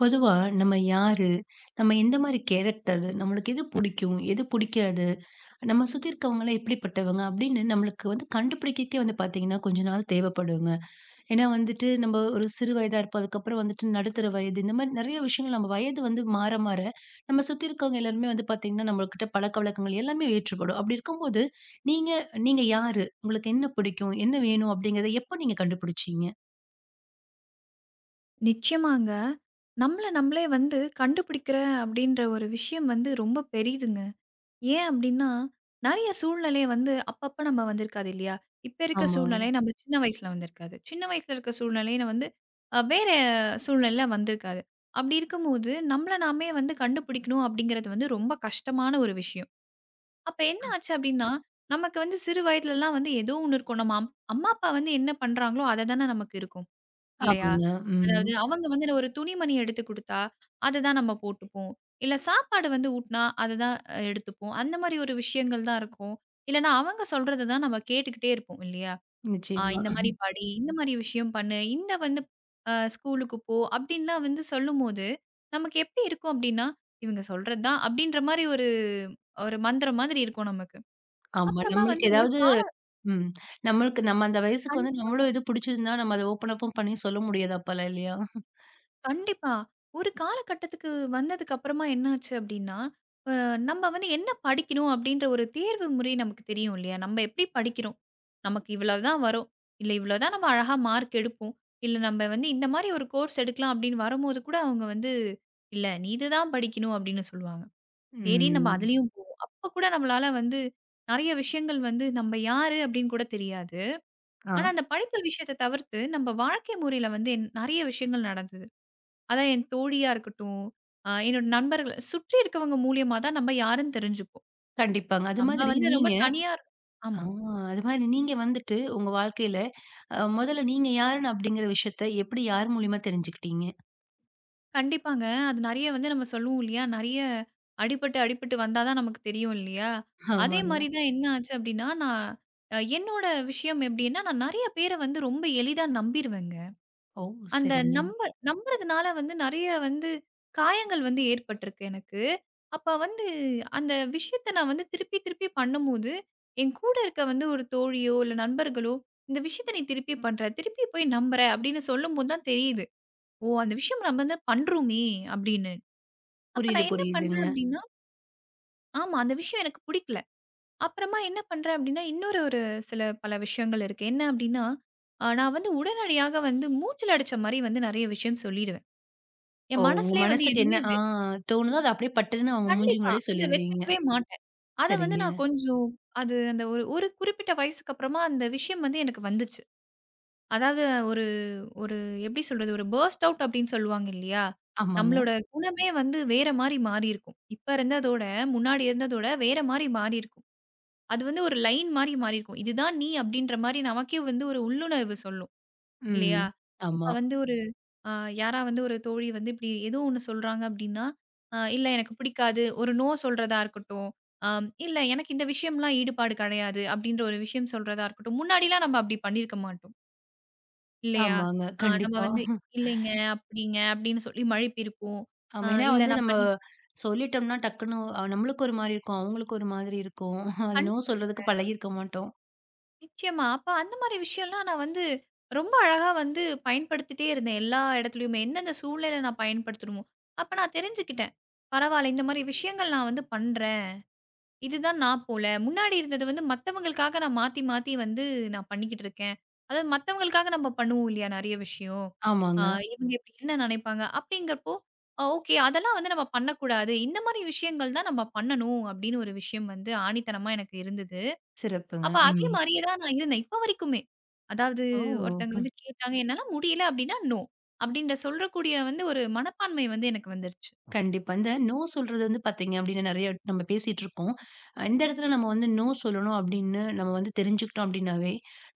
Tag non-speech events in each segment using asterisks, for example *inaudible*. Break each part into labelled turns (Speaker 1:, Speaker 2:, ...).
Speaker 1: பொதுவா நம்ம யாரு? நம்ம எந்த மாரி கேரக்டர்? நம்மளுக்கு எது புடிக்கும்? எது புடிக்காது? நம்ம சுத்தி இருக்கவங்கலாம் எப்படிப்பட்டவங்க? அப்படின்னு நம்மளுக்கு வந்து கண்டுபிடிக்கக்கே வந்து பார்த்தீங்கன்னா, கொஞ்ச நாள் தேவைப்படுங்க. ஏன்னா வந்துட்டு நம்ம ஒரு சிறு வயதா இருப்போம். அதுக்கப்புறம் வந்துட்டு நடுத்தர வயது. இந்த மாரி நெறைய விஷயங்கள் நம்ம வயது வந்து மாற நம்ம சுத்தி இருக்கவங்க எல்லாருமே வந்து பார்த்தீங்கன்னா, நம்மகிட்ட பழக்கவழக்கங்கள் எல்லாமே வேற்றுப்படும். அப்படி இருக்கும்போது, நீங்க நீங்க யாரு? உங்களுக்கு என்ன பிடிக்கும்? என்ன வேணும்? அப்படிங்கிறத எப்போ நீங்க கண்டுபிடிச்சீங்க?
Speaker 2: நிச்சயமாங்க. நம்மள நம்மளே வந்து கண்டுபிடிக்கிற அப்படின்ற ஒரு விஷயம் வந்து ரொம்ப பெரிதுங்க. ஏன் அப்படின்னா, நெறைய சூழ்நிலை வந்து அப்பப்ப நம்ம வந்திருக்காது இல்லையா? இப்ப இருக்க
Speaker 1: ஆமாங்க.
Speaker 2: சூழ்நிலை நம்ம சின்ன வயசுல வந்திருக்காது. சின்ன வயசுல இருக்க சூழ்நிலையில வந்து வேற சூழ்நிலையில வந்திருக்காது. அப்படி இருக்கும்போது, நம்மள நாமே வந்து கண்டுபிடிக்கணும் அப்படிங்கிறது வந்து ரொம்ப கஷ்டமான ஒரு விஷயம். அப்ப என்ன ஆச்சு அப்படின்னா, நமக்கு வந்து சிறு வயதிலலாம் வந்து ஏதோ ஒண்ணு இருக்கும். நம்ம அம்மா, அப்பா வந்து என்ன பண்றாங்களோ, அது தானே நமக்கு இருக்கும். இல்லையா?
Speaker 1: ஆமாங்க. ம்.
Speaker 2: அதாவது அவங்க வந்து நான் ஒரு துணிமணி எடுத்து குடுத்தா, அததான் நம்ம போட்டுப்போம். இல்ல சாப்பாடு வந்து ஊட்னா, அததான் எடுத்துப்போம். அந்த மாரி ஒரு விஷயங்கள் தான் இருக்கும். இல்லன்னா அவங்க சொல்றத தான் நம்ம கேட்டுக்கிட்டே இருப்போம் இல்லையா?
Speaker 1: நிச்சயமா.
Speaker 2: இந்த மாரி படி, இந்த மாரி விஷயம் பண்ணு, இந்த வந்து ஸ்கூலுக்கு போ அப்டின்லாம் வந்து சொல்லும்போது, நமக்கு எப்டி இருக்கும் அப்டின்னா, இவங்க சொல்றது தான் அப்டின்ற மாரி ஒரு ஒரு மந்திரம் மாதிரி இருக்கும் நமக்கு.
Speaker 1: ஆமா.
Speaker 2: அப்புறமா
Speaker 1: நம்மளுக்கு
Speaker 2: வந்து ஒரு
Speaker 1: ஏதாவது ம். நம்மளுக்கு நம்ம அந்த வயசுக்கு
Speaker 2: கால்
Speaker 1: வந்து நம்மளும் எது பிடிச்சிருந்தா, நம்ம அத ஓப்பன் அப்பும் பண்ணி சொல்ல முடியாது அப்பலாம் இல்லையா?
Speaker 2: கண்டிப்பா. ஒரு காலகட்டத்துக்கு வந்ததுக்கு அப்புறமா என்னாச்சு அப்டின்னா, அ நம்ம வந்து என்ன படிக்கணும் அப்டின்ற ஒரு தேர்வு முறை நமக்கு தெரியும் இல்லையா? நம்ம எப்டி படிக்கிறோம்? நமக்கு இவ்வளவுதான் வரும். இல்ல இவ்வளவுதான் நம்ம அழகா மார்க் எடுப்போம். இல்ல நம்ம வந்து இந்த மாரி ஒரு கோர்ஸ் எடுக்கலாம் அப்டின்னு வரும்போது கூட அவங்க வந்து, "இல்ல நீ இதுதான் படிக்கணும்" அப்டின்னு சொல்லுவாங்க. சரி நம்ம
Speaker 1: ம்.
Speaker 2: அதுலயும் போவோம். அப்ப கூட நம்மளால வந்து நெறைய விஷயங்கள் வந்து நம்ம யாரு அப்டின்னு கூட தெரியாது.
Speaker 1: ஆ.
Speaker 2: ஆனா அந்த படிப்பு விஷயத்த தவிர்த்து நம்ம வாழ்க்கை முறையில வந்து என் நெறைய விஷயங்கள் நடந்தது. அதான் என் தோழியா இருக்கட்டும், என்னோட நண்பர்கள் சுற்றி இருக்கவங்க மூலியமா தான் நம்ம யாருன்னு தெரிஞ்சுப்போம்.
Speaker 1: கண்டிப்பாங்க.
Speaker 2: நம்ம வந்து ரொம்ப தனியா இரு
Speaker 1: ஆ
Speaker 2: ஆமா.
Speaker 1: அது மாதிரி நீங்க வந்துட்டு உங்க வாழ்க்கையில முதல்ல நீங்க யாருன்னு அப்படிங்கிற விஷயத்த எப்படி யார் மூலியமா தெரிஞ்சுக்கிட்டீங்க?
Speaker 2: கண்டிப்பாங்க. அது நெறைய வந்து நம்ம சொல்லுவோம் இல்லையா? நெறைய அடிபட்டு, அடிபட்டு வந்தா தான் நமக்கு தெரியும் இல்லையா? அதே
Speaker 1: ஆமாங்க.
Speaker 2: மாரி தான் என்ன ஆச்சு அப்டின்னா, நான் அ என்னோட விஷயம் எப்டின்னா, நான் நெறைய பேர வந்து ரொம்ப எளிதா நம்பிருவேங்க.
Speaker 1: ஓ!
Speaker 2: அந்த
Speaker 1: சரிங்க.
Speaker 2: நம்ப நம்புறதுனால வந்து நெறைய வந்து காயங்கள் வந்து ஏற்பட்டிருக்கு எனக்கு. அப்ப வந்து அந்த விஷயத்த நான் வந்து திருப்பி, திருப்பி பண்ணும்போது, என் கூட இருக்க வந்து ஒரு தோழியோ, இல்ல நண்பர்களோ, "இந்த விஷயத்த நீ திருப்பி பண்ற. திருப்பி போய் நம்புற." அப்படின்னு சொல்லும்போது தான் தெரியுது. "ஓ! அந்த விஷயம் நம்ம தான் பண்றோமே!" அப்படின்னு. அப்ப
Speaker 1: புரியுது,
Speaker 2: நான் என்ன
Speaker 1: புரியுதுங்க.
Speaker 2: பண்றேன் அப்படின்னா ஆமா. அந்த விஷயம் எனக்கு புடிக்கல. அப்புறமா என்ன பண்றேன் அப்படின்னா, இன்னொரு சில பல விஷயங்கள் இருக்கு. என்ன அப்படின்னா, நான் வந்து உடனடியாக வந்து மூச்சல் அடிச்ச மாரி வந்து நெறைய விஷயம் சொல்லிடுவேன்.
Speaker 1: ஓ!
Speaker 2: என்
Speaker 1: உங்க
Speaker 2: மனசுலயே வந்து
Speaker 1: மனசுக்கு என்ன
Speaker 2: எதுவுமே
Speaker 1: ஆ
Speaker 2: வெ
Speaker 1: தோணுதோ அத அப்படியே பட்டுன்னு அவங்க மூஞ்சி
Speaker 2: கண்டிப்பா.
Speaker 1: முன்னாடியே
Speaker 2: அந்த
Speaker 1: சொல்லிருவீங்க.
Speaker 2: வச்சுக்கவே மாட்டேன். அத வந்து
Speaker 1: சரிங்க.
Speaker 2: நான் கொஞ்சம் அது அந்த ஒரு ஒரு குறிப்பிட்ட வயசுக்கு அப்புறமா அந்த விஷயம் வந்து எனக்கு வந்துச்சு. அதாவது ஒரு ஒரு எப்படி சொல்றது? ஒரு பர்ஸ்ட் அவுட் அப்படின்னு சொல்லுவாங்க இல்லையா?
Speaker 1: ஆமாங்க.
Speaker 2: நம்மளோட குணமே வந்து வேற மாரி மாறியிருக்கும். இப்ப இருந்ததோட, முன்னாடி இருந்ததோட வேற மாரி மாறியிருக்கும். அது வந்து ஒரு லைன் மாரி மாறியிருக்கும். இதுதான் நீ அப்படின்ற மாரி நமக்கே வந்து ஒரு உள்ளுணர்வு சொல்லும்
Speaker 1: ம்.
Speaker 2: இல்லையா?
Speaker 1: ஆமா.
Speaker 2: இப்ப வந்து ஒரு ஆ, யாரா வந்து ஒரு தோழி வந்து இப்படி ஏதோ ஒண்ணு சொல்றாங்க அப்படின்னா, இல்ல எனக்கு பிடிக்காது. ஒரு நோ சொல்றதா இருக்கட்டும். இல்ல எனக்கு இந்த விஷயம்லாம் ஈடுபாடு கிடையாது அப்படின்ற ஒரு விஷயம் சொல்றதா இருக்கட்டும். முன்னாடிலாம் நம்ம அப்படி பண்ணியிருக்க மாட்டோம். இல்லையா?
Speaker 1: ஆமாங்க.
Speaker 2: அ நம்ம
Speaker 1: கண்டிப்பா.
Speaker 2: வந்து இல்லைங்க, அப்படிங்க அப்படின்னு சொல்லி மழுப்பியிருப்போம். அ
Speaker 1: ஆமா. ஏன்னா
Speaker 2: இல்ல
Speaker 1: வந்து
Speaker 2: நான்
Speaker 1: நம்ம
Speaker 2: பண்ணி
Speaker 1: சொல்லிட்டோம்னா டக்குன்னு நம்மளுக்கு ஒரு மாரி இருக்கும். அவங்களுக்கு ஒரு மாதிரி இருக்கும். *laughs* அது நோ சொல்றதுக்கு
Speaker 2: கண்டிப்பாங்க.
Speaker 1: பழகியிருக்க மாட்டோம்.
Speaker 2: நிச்சயமா. அப்ப அந்த மாரி விஷயம்லாம் நான் வந்து ரொம்ப அழகா வந்து பயன்படுத்திட்டே இருந்தேன். எல்லா இடத்துலயுமே எந்தெந்த சூழ்நிலையில நான் பயன்படுத்தணுமோ, அப்ப நான் தெரிஞ்சுக்கிட்டேன். பரவாயில்ல இந்த மாரி விஷயங்கள் நான் வந்து பண்றேன். இதுதான் நான் போல. முன்னாடி இருந்தது வந்து மத்தவங்களுக்காக நான் மாத்தி, மாத்தி வந்து நான் பண்ணிக்கிட்டு இருக்கேன். அதாவது மத்தவங்களுக்காக நம்ம பண்ணுவோம் இல்லையா நெறைய விஷயம். ஆ
Speaker 1: ஆமாங்க.
Speaker 2: இவங்க இப்படி என்ன நினைப்பாங்க? அப்படிங்கிறப்போ, ஓகே அதெல்லாம் வந்து நம்ம பண்ணக்கூடாது. இந்த மாரி விஷயங்கள் தான் நம்ம பண்ணணும் அப்படின்னு ஒரு விஷயம் வந்து ஆணித்தனமா எனக்கு இருந்தது.
Speaker 1: சிறப்புங்க.
Speaker 2: அப்ப அதே
Speaker 1: ம்.
Speaker 2: மாரியே தான் நான் இருந்தேன். இப்ப வரைக்குமே. அதாவது
Speaker 1: ஓ!
Speaker 2: ஒருத்தவங்க
Speaker 1: ம்.
Speaker 2: வந்து கேட்டாங்க, என்னால முடியல அப்படின்னா, நோ. அப்படின்ற சொல்றக்கூடிய வந்து ஒரு மனப்பான்மை வந்து எனக்கு வந்துருச்சு.
Speaker 1: கண்டிப்பா. இந்த நோ சொல்றது வந்து பார்த்தீங்க அப்டின்னா, நெறைய நம்ம பேசிட்டு இருக்கோம். இந்த இடத்துல நம்ம வந்து நோ சொல்லணும் அப்டின்னு நம்ம வந்து தெரிஞ்சுக்கிட்டோம் அப்டின்னாவே,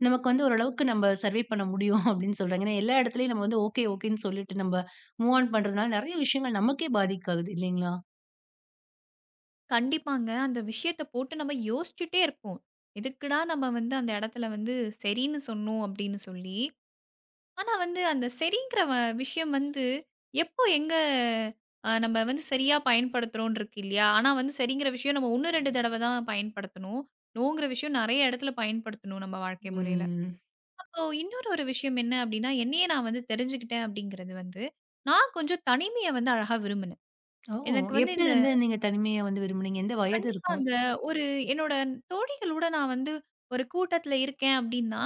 Speaker 1: நமக்கு வந்து ஓரளவுக்கு நம்ம சர்வே பண்ண முடியும் *laughs* அப்டின்னு சொல்றாங்க. ஏன்னா எல்லா இடத்துலயும் நம்ம வந்து ஓகே, ஓகேன்னு சொல்லிட்டு நம்ம மூவ் ஆன் பண்றதுனால நெறைய விஷயங்கள் நமக்கே பாதிக்க ஆகுது இல்லைங்களா?
Speaker 2: கண்டிப்பாங்க. அந்த விஷயத்த போட்டு நம்ம யோசிச்சுட்டே இருப்போம். எதுக்குடா நம்ம வந்து அந்த இடத்துல வந்து சரின்னு சொன்னோம் அப்படின்னு சொல்லி. ஆனா வந்து அந்த சரிங்கிற விஷயம் வந்து எப்போ எங்க அ நம்ம வந்து சரியா பயன்படுத்துறோம்ன்னு இருக்கு இல்லையா? ஆனா வந்து சரிங்கிற விஷயம் நம்ம 1, 2 தடவ தான் பயன்படுத்தணும். நோங்கிற விஷயம் நெறைய இடத்துல பயன்படுத்தணும் நம்ம வாழ்க்கை முறையில.
Speaker 1: ம்.
Speaker 2: அப்போ இன்னொரு விஷயம் என்ன அப்படின்னா, என்னையே நான் வந்து தெரிஞ்சுக்கிட்டேன் அப்படிங்கிறது வந்து, நான் கொஞ்சம் தனிமைய வந்து அழகா விரும்பினேன்.
Speaker 1: ஓ!
Speaker 2: எனக்கு வந்து
Speaker 1: எப்ப
Speaker 2: இந்த
Speaker 1: இருந்து நீங்க தனிமைய வந்து விரும்புனீங்க? எந்த வயது இருக்கும்?
Speaker 2: அங்க ஒரு என்னோட தோழிகளோட நான் வந்து ஒரு கூட்டத்துல இருக்கேன் அப்படின்னா,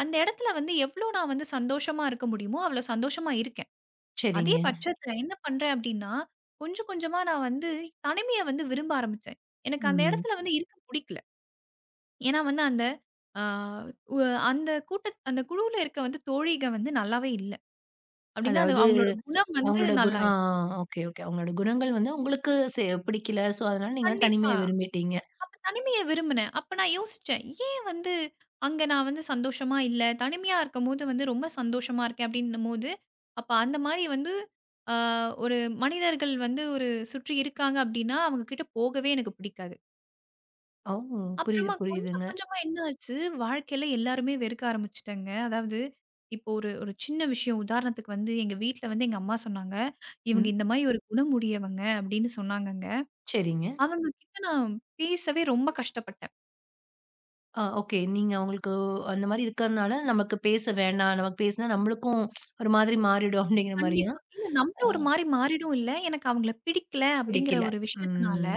Speaker 2: அந்த இடத்துல வந்து எவ்ளோ நான் வந்து சந்தோஷமா இருக்க முடியுமோ, அவ்ளோ சந்தோஷமா இருக்கேன். அதே
Speaker 1: சரிங்க.
Speaker 2: பட்சத்துல என்ன பண்றேன் அப்படின்னா, கொஞ்சம் கொஞ்சமா நான் வந்து தனிமைய வந்து விரும்ப ஆரம்பிச்சேன். எனக்கு அந்த
Speaker 1: ம்.
Speaker 2: இடத்துல வந்து இருக்க புடிக்கல. ஏன்னா வந்து அந்த ஆ உ அந்த கூட்ட அந்த குழுவுல இருக்க வந்து தோழிக வந்து நல்லாவே இல்ல. அப்படின்னா, அது
Speaker 1: அதாவது
Speaker 2: அவங்களோட குணம் வந்து
Speaker 1: அவங்களோட குண
Speaker 2: நல்லா
Speaker 1: ஆ
Speaker 2: இல்ல.
Speaker 1: Okay, okay. அவங்களோட குணங்கள் வந்து உங்களுக்கு பிடிக்கல. ஸோ, அதனால நீங்க வந்து
Speaker 2: கண்டிப்பா.
Speaker 1: தனிமைய விரும்பிட்டீங்க.
Speaker 2: அப்ப தனிமைய விரும்பினேன். அப்ப நான் யோசிச்சேன். ஏன் வந்து அங்க நான் வந்து சந்தோஷமா இல்ல. தனிமையா இருக்கும்போது வந்து ரொம்ப சந்தோஷமா இருக்கேன் அப்படின்னும்போது, அப்ப அந்த மாரி வந்து அ ஒரு மனிதர்கள் வந்து ஒரு சுற்றி இருக்காங்க அப்படின்னா, அவங்க கிட்ட போகவே எனக்கு பிடிக்காது.
Speaker 1: ஓ! புரியுது,
Speaker 2: அப்புறமா கொஞ்சம்
Speaker 1: புரியுதுங்க.
Speaker 2: கொஞ்சமா என்ன ஆச்சு, வாழ்க்கையில எல்லாருமே வெறுக்க ஆரம்பிச்சுட்டேங்க. அதாவது இப்போ ஒரு ஒரு சின்ன விஷயம் உதாரணத்துக்கு வந்து எங்க வீட்ல வந்து எங்க அம்மா சொன்னாங்க, "இவங்க
Speaker 1: ம்.
Speaker 2: இந்த மாரி ஒரு குணமுடையவங்க" அப்படின்னு சொன்னாங்கங்க.
Speaker 1: சரிங்க.
Speaker 2: அவங்க கிட்ட நான் பேசவே ரொம்ப கஷ்டப்பட்டேன்.
Speaker 1: ஆ ஓகே. நீங்க அவங்களுக்கு அந்த மாரி இருக்கறனால நமக்கு பேச வேண்டாம். நமக்கு பேசினா நம்மளுக்கும் ஒரு மாதிரி மாறிடும் அப்படிங்கிற மாரியா?
Speaker 2: கண்டிப்பா. இல்ல
Speaker 1: ஆ
Speaker 2: நம்மளும் ஒரு மாரி மாறிடும் இல்ல. எனக்கு அவங்கள பிடிக்கல அப்படிங்கிற
Speaker 1: பிடிக்கல.
Speaker 2: ஒரு விஷயத்தினால,
Speaker 1: ம்.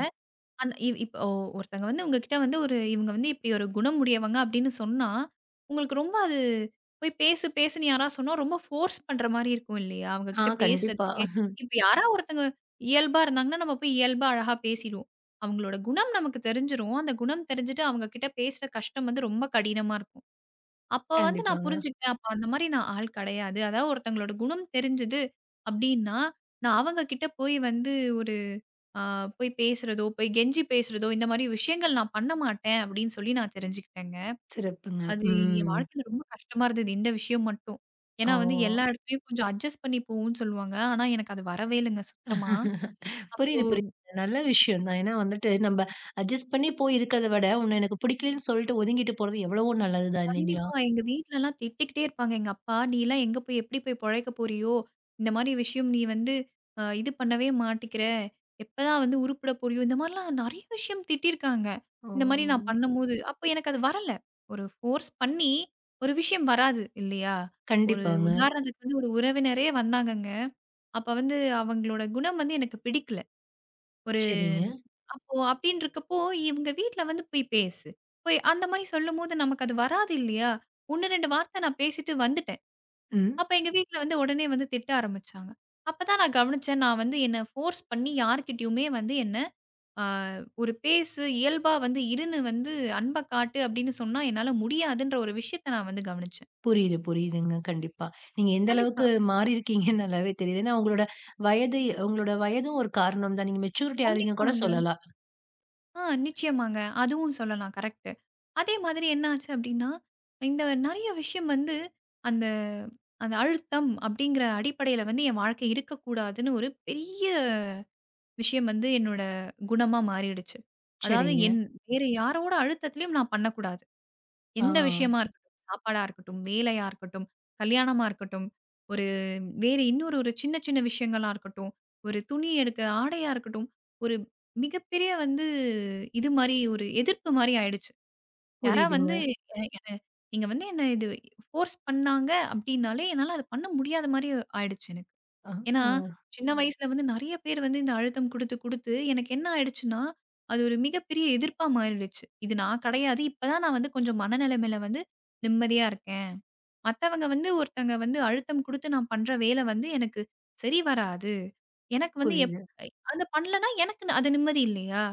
Speaker 2: அந்த இவ் இப்போ ஒருத்தங்க வந்து உங்ககிட்ட வந்து ஒரு இவங்க வந்து இப்படி ஒரு குணம் உடையவங்க அப்படின்னு சொன்னா, உங்களுக்கு ரொம்ப அது போய் பேசு பேசுன்னு யாராவது சொன்னா ரொம்ப ஃபோர்ஸ் பண்ற மாரி இருக்கும் இல்லையா? அவங்க
Speaker 1: ஆ
Speaker 2: கிட்ட
Speaker 1: கண்டிப்பா.
Speaker 2: பேசுறதுக்கே. இப்ப யாரா ஒருத்தங்க இயல்பா இருந்தாங்கன்னா, நம்ம போய் இயல்பா அழகா பேசிடுவோம். அவங்களோட குணம் நமக்கு தெரிஞ்சிரும். அந்த குணம் தெரிஞ்சுட்டு அவங்க கிட்ட பேசுற கஷ்டம் வந்து ரொம்ப கடினமா இருக்கும். அப்ப வந்து நான்
Speaker 1: கண்டிப்பாங்க.
Speaker 2: புரிஞ்சுக்கிட்டேன். அப்ப அந்த மாரி நான் ஆள் கிடையாது. அதாவது ஒருத்தங்களோட குணம் தெரிஞ்சது அப்டின்னா, நான் அவங்க கிட்ட போய் வந்து ஒரு ஆ போய் பேசுறதோ, போய் கெஞ்சி பேசுறதோ, இந்த மாரி விஷயங்கள் நான் பண்ண மாட்டேன் அப்டின்னு சொல்லி நான் தெரிஞ்சுக்கிட்டேங்க.
Speaker 1: சிறப்புங்க.
Speaker 2: அது என்
Speaker 1: ம்.
Speaker 2: வாழ்க்கையில ரொம்ப கஷ்டமா இருந்தது இந்த விஷயம் மட்டும். ஏன்னா
Speaker 1: ஓ!
Speaker 2: வந்து எல்லா இடத்துலயும் கொஞ்சம் அட்ஜஸ்ட் பண்ணி போவோம்ன்னு சொல்லுவாங்க. ஆனா எனக்கு அது வரவே இல்லங்க சுத்தமா. அப்போ
Speaker 1: புரியுது, புரியுது. நல்ல விஷயம் தான். ஏன்னா வந்துட்டு நம்ம அட்ஜஸ்ட் பண்ணி போய் இருக்கிறத விட, உன்ன எனக்கு பிடிக்கலன்னு சொல்லிட்டு ஒதுங்கிட்டு போறது எவ்வளவோ நல்லது தான் இல்லைங்களா?
Speaker 2: கண்டிப்பா. எங்க வீட்லலாம் திட்டிக்கிட்டே இருப்பாங்க. எங்க அப்பா, "நீலாம் எங்க போய் எப்படி போய் பொழைக்க போறியோ? இந்த மாரி விஷயம் நீ வந்து இது பண்ணவே மாட்டிக்கிற. எப்பதான் வந்து உருப்பட போறியோ?" இந்த மாரிலாம் நெறைய விஷயம் திட்டியிருக்காங்க. இந்த மாரி
Speaker 1: ஆமா.
Speaker 2: நான் பண்ணும்போது, அப்ப எனக்கு அது வரல. ஒரு ஃபோர்ஸ் பண்ணி ஒரு விஷயம் வராது இல்லையா? ஒரு
Speaker 1: கண்டிப்பாங்க.
Speaker 2: உதாரணத்துக்கு வந்து ஒரு உறவினரே வந்தாங்கங்க. அப்ப வந்து அவங்களோட குணம் வந்து எனக்கு பிடிக்கல. ஒரு
Speaker 1: சரிங்க.
Speaker 2: அப்போ அப்டின்றக்கப்போ, இவங்க வீட்ல வந்து போய் பேசு. போய் அந்த மாரி சொல்லும்போது நமக்கு அது வராது இல்லையா? 1, 2 வார்த்த நான் பேசிட்டு வந்துட்டேன்.
Speaker 1: ம்.
Speaker 2: அப்ப எங்க வீட்ல வந்து உடனே வந்து திட்ட ஆரம்பிச்சாங்க. அப்பதான் நான் கவனிச்சேன். நான் வந்து என்ன ஃபோர்ஸ் பண்ணி யார்கிட்டயுமே வந்து என்ன அ ஒரு பேசு, இயல்பா வந்து இருன்னு வந்து அன்ப காட்டு அப்டின்னு சொன்னா என்னால முடியாதுன்ற ஒரு விஷயத்த நான் வந்து கவனிச்சேன்.
Speaker 1: புரியுது, புரியுதுங்க. கண்டிப்பா. நீங்க எந்த
Speaker 2: கண்டிப்பா,
Speaker 1: அளவுக்கு மாறியிருக்கீங்கன்னு நல்லாவே தெரியுது. ஏன்னா வயது உங்களோட வயதும் ஒரு காரணம் தான். நீங்க மெச்சூரிட்டி ஆறீங்கன்னு கூட
Speaker 2: கண்டிப்பாங்க.
Speaker 1: சொல்லலாம்.
Speaker 2: நிச்சயமாங்க. அதுவும் சொல்லலாம். கரெக்ட்டு. அதே மாதிரி என்ன ஆச்சு அப்டின்னா, இந்த நெறைய விஷயம் வந்து அந்த அந்த அழுத்தம் அப்டிங்கிற அடிப்படையில வந்து என் வாழ்க்கை இருக்கக்கூடாதுன்னு ஒரு பெரிய விஷயம் வந்து என்னோட குணமா மாறிடுச்சு. அதாவது
Speaker 1: சரிங்க.
Speaker 2: வேற யாரோட அழுத்தத்திலயும் நான் பண்ணக்கூடாது.
Speaker 1: ஆ.
Speaker 2: எந்த விஷயமா இருக்கட்டும், சாப்பாடா இருக்கட்டும், வேலையா இருக்கட்டும், கல்யாணமா இருக்கட்டும், ஒரு வேறு இன்னொரு ஒரு சின்ன சின்ன விஷயங்களா இருக்கட்டும், ஒரு துணி எடுக்க ஆடையா இருக்கட்டும், ஒரு மிகப்பெரிய வந்து இது மாரி ஒரு எதிர்ப்பு மாரி ஆயிடுச்சு. யாரா வந்து
Speaker 1: புரியுதுங்க.
Speaker 2: எ என நீங்க வந்து என்ன இது ஃபோர்ஸ் பண்ணாங்க அப்டின்னாலே, என்னால அத பண்ண முடியாத மாரி ஆயிடுச்சு எனக்கு.
Speaker 1: ஆ
Speaker 2: ஏன்னா, சின்ன வயசுல வந்து நெறைய பேர் வந்து இந்த அழுத்தம் குடுத்து, குடுத்து எனக்கு என்ன ஆயிடுச்சுன்னா, அது ஒரு மிகப்பெரிய எதிர்ப்பா மாறிடுச்சு. இது நான் கிடையாது. இப்ப தான் நான் வந்து கொஞ்சம் மனநிலைமையில வந்து நிம்மதியா இருக்கேன். மத்தவங்க வந்து ஒருத்தங்க வந்து அழுத்தம் குடுத்து நான் பண்ற வேலை வந்து எனக்கு சரி வராது. எனக்கு வந்து எப்
Speaker 1: புரியுது.
Speaker 2: அத பண்ணலன்னா எனக்கு அது நிம்மதி இல்லையா?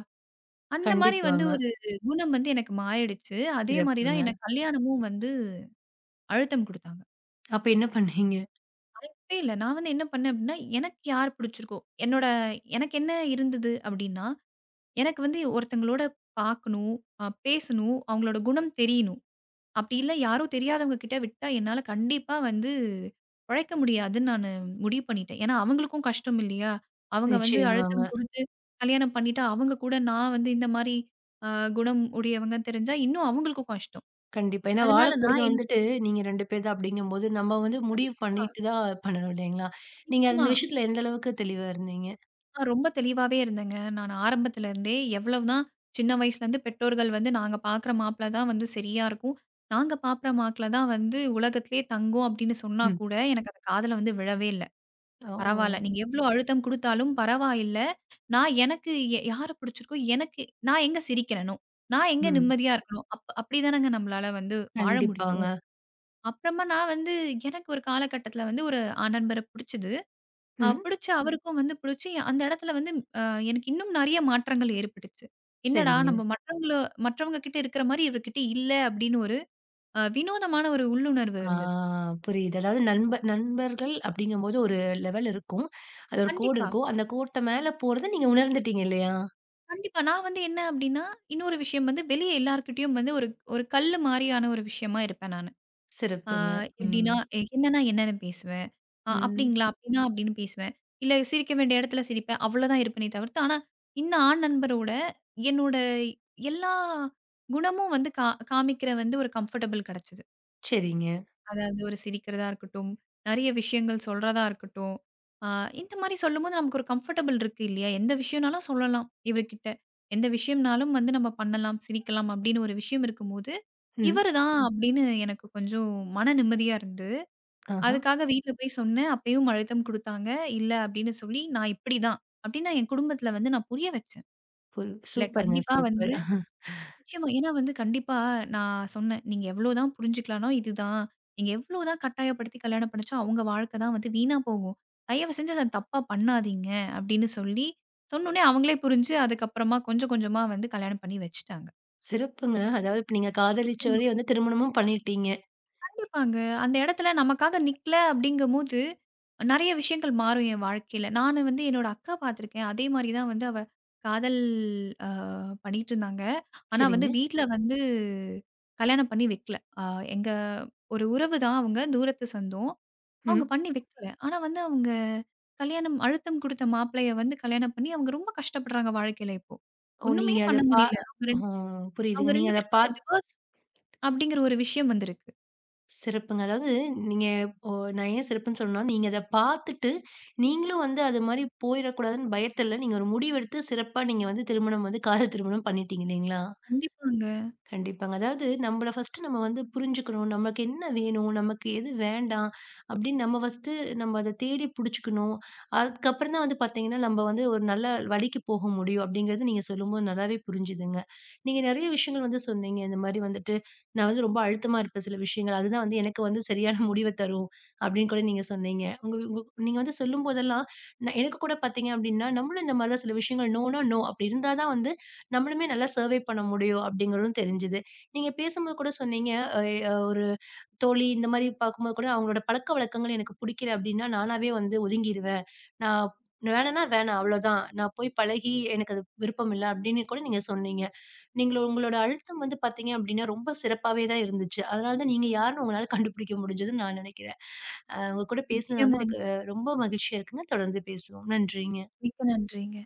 Speaker 2: அந்த மாரி வந்து
Speaker 1: கண்டிப்பாங்க.
Speaker 2: ஒரு குணம் வந்து எனக்கு மாறிடுச்சு. அதே மாரி தான்
Speaker 1: சிறப்புங்க.
Speaker 2: எனக்கு கல்யாணமும் வந்து அழுத்தம் குடுத்தாங்க.
Speaker 1: அப்ப என்ன பண்ணீங்க?
Speaker 2: இல்ல. நான் வந்து என்ன பண்ணேன் அப்டின்னா, எனக்கு யார் பிடிச்சிருக்கோ, என்னோட எனக்கு என்ன இருந்தது அப்டின்னா, எனக்கு வந்து ஒருத்தங்களோட பார்க்கணும், பேசணும், அவங்களோட குணம் தெரியணும். அப்டி இல்ல யாரும் தெரியாதவங்க கிட்ட விட்டா என்னால கண்டிப்பா வந்து பொழைக்க முடியாதுன்னு நானு முடிவு பண்ணிட்டேன். ஏன்னா, அவங்களுக்கும் கஷ்டம் இல்லையா? அவங்க வந்து
Speaker 1: நிச்சயமாங்க.
Speaker 2: அழுத்தம் குடுத்து கல்யாணம் பண்ணிட்டா, அவங்க கூட நான் வந்து இந்த மாரி அ குணம் உடையவங்கன்னு தெரிஞ்சா, இன்னும் அவங்களுக்கும் கஷ்டம்.
Speaker 1: கண்டிப்பா. ஏன்னா வாழ
Speaker 2: அதனால
Speaker 1: போறது
Speaker 2: நான் என்
Speaker 1: வந்துட்டு நீங்க 2 பேர் தான் அப்படிங்கும்போது, நம்ம வந்து முடிவு
Speaker 2: கண்டிப்பா,
Speaker 1: பண்ணிட்டு தான் பண்ணணும் இல்லைங்களா? நீங்க
Speaker 2: நிச்சயமா.
Speaker 1: அந்த விஷயத்துல எந்த அளவுக்கு தெளிவா இருந்தீங்க?
Speaker 2: ரொம்ப தெளிவாவே இருந்தேங்க. நான் ஆரம்பத்துல இருந்தே எவ்வளவுதான் சின்ன வயசுலேருந்து பெற்றோர்கள் வந்து நாங்க பார்க்குற மாப்பிள தான் வந்து சரியா இருக்கும். நாங்க பார்க்குற மாப்பிள தான் வந்து உலகத்திலேயே தங்கம் அப்படின்னு சொன்னா
Speaker 1: ம்.
Speaker 2: கூட எனக்கு அது காதுல வந்து விழவே இல்ல.
Speaker 1: ஓ!
Speaker 2: பரவால்ல. நீங்க எவ்ளோ அழுத்தம் குடுத்தாலும் பரவாயில்ல. நான் எனக்கு எ யார பிடிச்சிருக்கோ எனக்கு நான் எங்க சிரிக்கிறனோ, நான் எங்க
Speaker 1: ம்.
Speaker 2: நிம்மதியா இருக்கனோ, அப்படிதானங்க நம்மளால வந்து வாழ முடியும்.
Speaker 1: கண்டிப்பாங்க.
Speaker 2: அப்புறமா நான் வந்து எனக்கு ஒரு காலகட்டத்தில வந்து ஒரு நண்பர புடிச்சது.
Speaker 1: ம்.
Speaker 2: புடிச்சு ம். அவருக்கும் வந்து புடிச்சு, அந்த இடத்துல வந்து அ எனக்கு இன்னும் நெறைய மாற்றங்கள் ஏற்பட்டுச்சு. என்னடா
Speaker 1: சரிங்க.
Speaker 2: நம்ம மற்றவங்கள மற்றவங்க கிட்ட இருக்கிற மாரி இவர்கிட்ட இல்ல அப்படின்னு ஒரு வினோதமான ஒரு உள்ளுணர்வு
Speaker 1: ஆ
Speaker 2: இருந்தது.
Speaker 1: புரியுது. அதாவது நண்பர்கள் அப்படிங்கும்போது ஒரு லெவல் இருக்கும். அது ஒரு கோடு
Speaker 2: கண்டிப்பா,
Speaker 1: இருக்கும். அந்த கோட்ட மேல போறத நீங்க உணர்ந்துட்டீங்க இல்லையா?
Speaker 2: கண்டிப்பா. நான் வந்து என்ன அப்படின்னா, இன்னொரு விஷயம் வந்து வெளிய எல்லார்கிட்டயும் வந்து ஒரு ஒரு கல்லு மாரியான ஒரு விஷயமா இருப்பேன் நானு. ஆ
Speaker 1: சிறப்புங்க. ம்.
Speaker 2: எப்படின்னா, என்னன்னா என்னன்னு பேசுவேன்.
Speaker 1: ம்.
Speaker 2: அப்படிங்களா? அப்படின்னா அப்படின்னு பேசுவேன். இல்ல சிரிக்க வேண்டிய இடத்துல சிரிப்பேன். அவ்வளோதான் இருப்பேனே தவிர்த்து, ஆனா இந்த ஆண் நண்பரோட என்னோட எல்லா குணமும் வந்து காமிக்கிற வந்து ஒரு கம்ஃபர்டபிள் கிடைச்சது.
Speaker 1: சரிங்க.
Speaker 2: அதாவது ஒரு சிரிக்கிறதா இருக்கட்டும், நெறைய விஷயங்கள் சொல்றதா இருக்கட்டும். ஆ இந்த மாரி சொல்லும்போது நமக்கு ஒரு கம்ஃபர்டபிள் இருக்கு இல்லையா? எந்த விஷயம்னாலும் சொல்லலாம் இவர்கிட்ட. எந்த விஷயம்னாலும் வந்து நம்ம பண்ணலாம், சிரிக்கலாம் அப்படின்னு ஒரு விஷயம் இருக்கும்போது,
Speaker 1: ம்.
Speaker 2: இவரு தான் அப்படின்னு எனக்கு கொஞ்சம் மன நிம்மதியா இருந்தது.
Speaker 1: ஆஹா.
Speaker 2: அதுக்காக வீட்ல போய் சொன்னேன். அப்பயும் அழுத்தம் குடுத்தாங்க. "இல்ல" அப்படின்னு சொல்லி, "நான் இப்படிதான்" அப்படின்னு நான் என் குடும்பத்தில வந்து நான் புரிய வச்சேன்.
Speaker 1: புல்
Speaker 2: இல்ல
Speaker 1: சூப்பருங்க.
Speaker 2: கண்டிப்பா வந்து
Speaker 1: சூப்பர்.
Speaker 2: நிச்சயமா. ஏன்னா வந்து கண்டிப்பா நான் சொன்னேன். "நீங்க எவ்வளோதான் புரிஞ்சுக்கலாம்னா இதுதான். நீங்க எவ்வளோதான் கட்டாயப்படுத்தி கல்யாணம் பண்ணிச்சா, அவங்க வாழ்க்கை தான் வந்து வீணா போகும். தயவு செஞ்சு அத தப்பா பண்ணாதீங்க" அப்படின்னு சொல்லி, சொன்னோனே அவங்களே புரிஞ்சு, அதுக்கப்புறமா கொஞ்சம் கொஞ்சமா வந்து கல்யாணம் பண்ணி வச்சுட்டாங்க.
Speaker 1: சிறப்புங்க. அதாவது இப்ப நீங்க
Speaker 2: நிச்சயமா.
Speaker 1: காதலிச்சவரையும் வந்து திருமணமும் பண்ணிட்டீங்க.
Speaker 2: கண்டிப்பாங்க. அந்த இடத்துல நமக்காக நிக்கல அப்படிங்கும்போது, நெறைய விஷயங்கள் மாறும் என் வாழ்க்கையில. நானு வந்து என்னோட அக்கா பார்த்துருக்கேன். அதே மாரி தான் வந்து அவ காதல் அ பண்ணிட்டுருந்தாங்க. ஆனா வந்து
Speaker 1: சரிங்க.
Speaker 2: வீட்ல ம். வந்து கல்யாணம் பண்ணி வைக்கல. எங்க ஒரு உறவு தான் அவங்க, தூரத்து சொந்தம். அவங்க
Speaker 1: ம்.
Speaker 2: பண்ணி வைக்கல. ஆனா வந்து அவங்க கல்யாணம் அழுத்தம் குடுத்த மாப்பிள்ளைய வந்து கல்யாணம் பண்ணி அவங்க ரொம்ப கஷ்டப்படுறாங்க வாழ்க்கையில இப்போ.
Speaker 1: ஓ!
Speaker 2: ஒண்ணுமே
Speaker 1: நீங்க அத
Speaker 2: பண்ண
Speaker 1: பா
Speaker 2: முடியல. அவங்க 2
Speaker 1: ஓ புரியுதுங்க.
Speaker 2: அவங்க
Speaker 1: நீங்க
Speaker 2: 2
Speaker 1: அத
Speaker 2: பேருக்கும் அந்த
Speaker 1: பாத்
Speaker 2: டிவோர்ஸ் அப்படிங்கிற ஒரு விஷயம் வந்திருக்கு.
Speaker 1: சிறப்புங்க. அதாவது நீங்க ஓ நான் ஏன் சிறப்புன்னு சொன்னேன்னா, நீங்க அத பார்த்துட்டு, நீங்களும் வந்து அது மாரி போயிறக்கூடாதுன்னு பயத்துல, நீங்க ஒரு முடிவெடுத்து சிறப்பா நீங்க வந்து திருமணம் வந்து காதல் திருமணம் பண்ணிட்டீங்க இல்லைங்களா?
Speaker 2: கண்டிப்பாங்க.
Speaker 1: கண்டிப்பாங்க. அதாவது நம்மள ஃபர்ஸ்ட்டு நம்ம வந்து புரிஞ்சுக்கணும். நமக்கு என்ன வேணும்? நமக்கு எது வேண்டாம்? அப்படின்னு நம்ம ஃபர்ஸ்ட்டு நம்ம அத தேடி புடிச்சுக்கணும். அதுக்கப்புறம் தான் வந்து பார்த்தீங்கன்னா, நம்ம வந்து ஒரு நல்ல வழிக்கு போக முடியும் அப்படிங்கிறது நீங்க சொல்லும்போது நல்லாவே புரிஞ்சுதுங்க. நீங்க நெறைய விஷயங்கள் வந்து சொன்னீங்க. இந்த மாரி வந்துட்டு, நான் வந்து ரொம்ப அழுத்தமா இருப்பேன் சில விஷயங்கள். அதுதான் வந்து எனக்கு வந்து சரியான முடிவ தரும் அப்படின்னு கூட நீங்க சொன்னீங்க. உங்க உங்க நீங்க வந்து சொல்லும்போதெல்லாம், நான் எனக்கு கூட பார்த்தீங்க அப்படின்னா, நம்மளும் இந்த மாரி தான் சில விஷயங்கள் நோ அப்படி இருந்தா தான் வந்து நம்மளுமே நல்லா சர்வே பண்ண முடியும் அப்படிங்கிறதும் தெரிஞ்சுது. நீங்க பேசும்போது கூட சொன்னீங்க, அ அ ஒரு தோழி இந்த மாரி பார்க்கும்போது கூட அவங்களோட பழக்கவழக்கங்கள் எனக்கு புடிக்கல அப்படின்னா, நானாவே வந்து ஒதுங்கிருவேன். நான் வேணான்னா வேணாம் அவ்வளோதான். நான் போய் பழகி எனக்கு அது விருப்பம் இல்ல அப்படின்னு கூட நீங்க சொன்னீங்க. நீங்க உங்களோட அழுத்தம் வந்து பார்த்தீங்க அப்படின்னா, ரொம்ப சிறப்பாவே தான் இருந்துச்சு. அதனால தான் நீங்க யாருன்னு உங்களால கண்டுபிடிக்க முடிஞ்சதுன்னு நான் நெனைக்கிறேன். உங்க கூட பேசினது வந்து
Speaker 2: நிச்சயமா.
Speaker 1: எனக்கு ரொம்ப மகிழ்ச்சியா இருக்குங்க. தொடர்ந்து பேசுவோம். நன்றிங்க.
Speaker 2: மிக்க நன்றிங்க.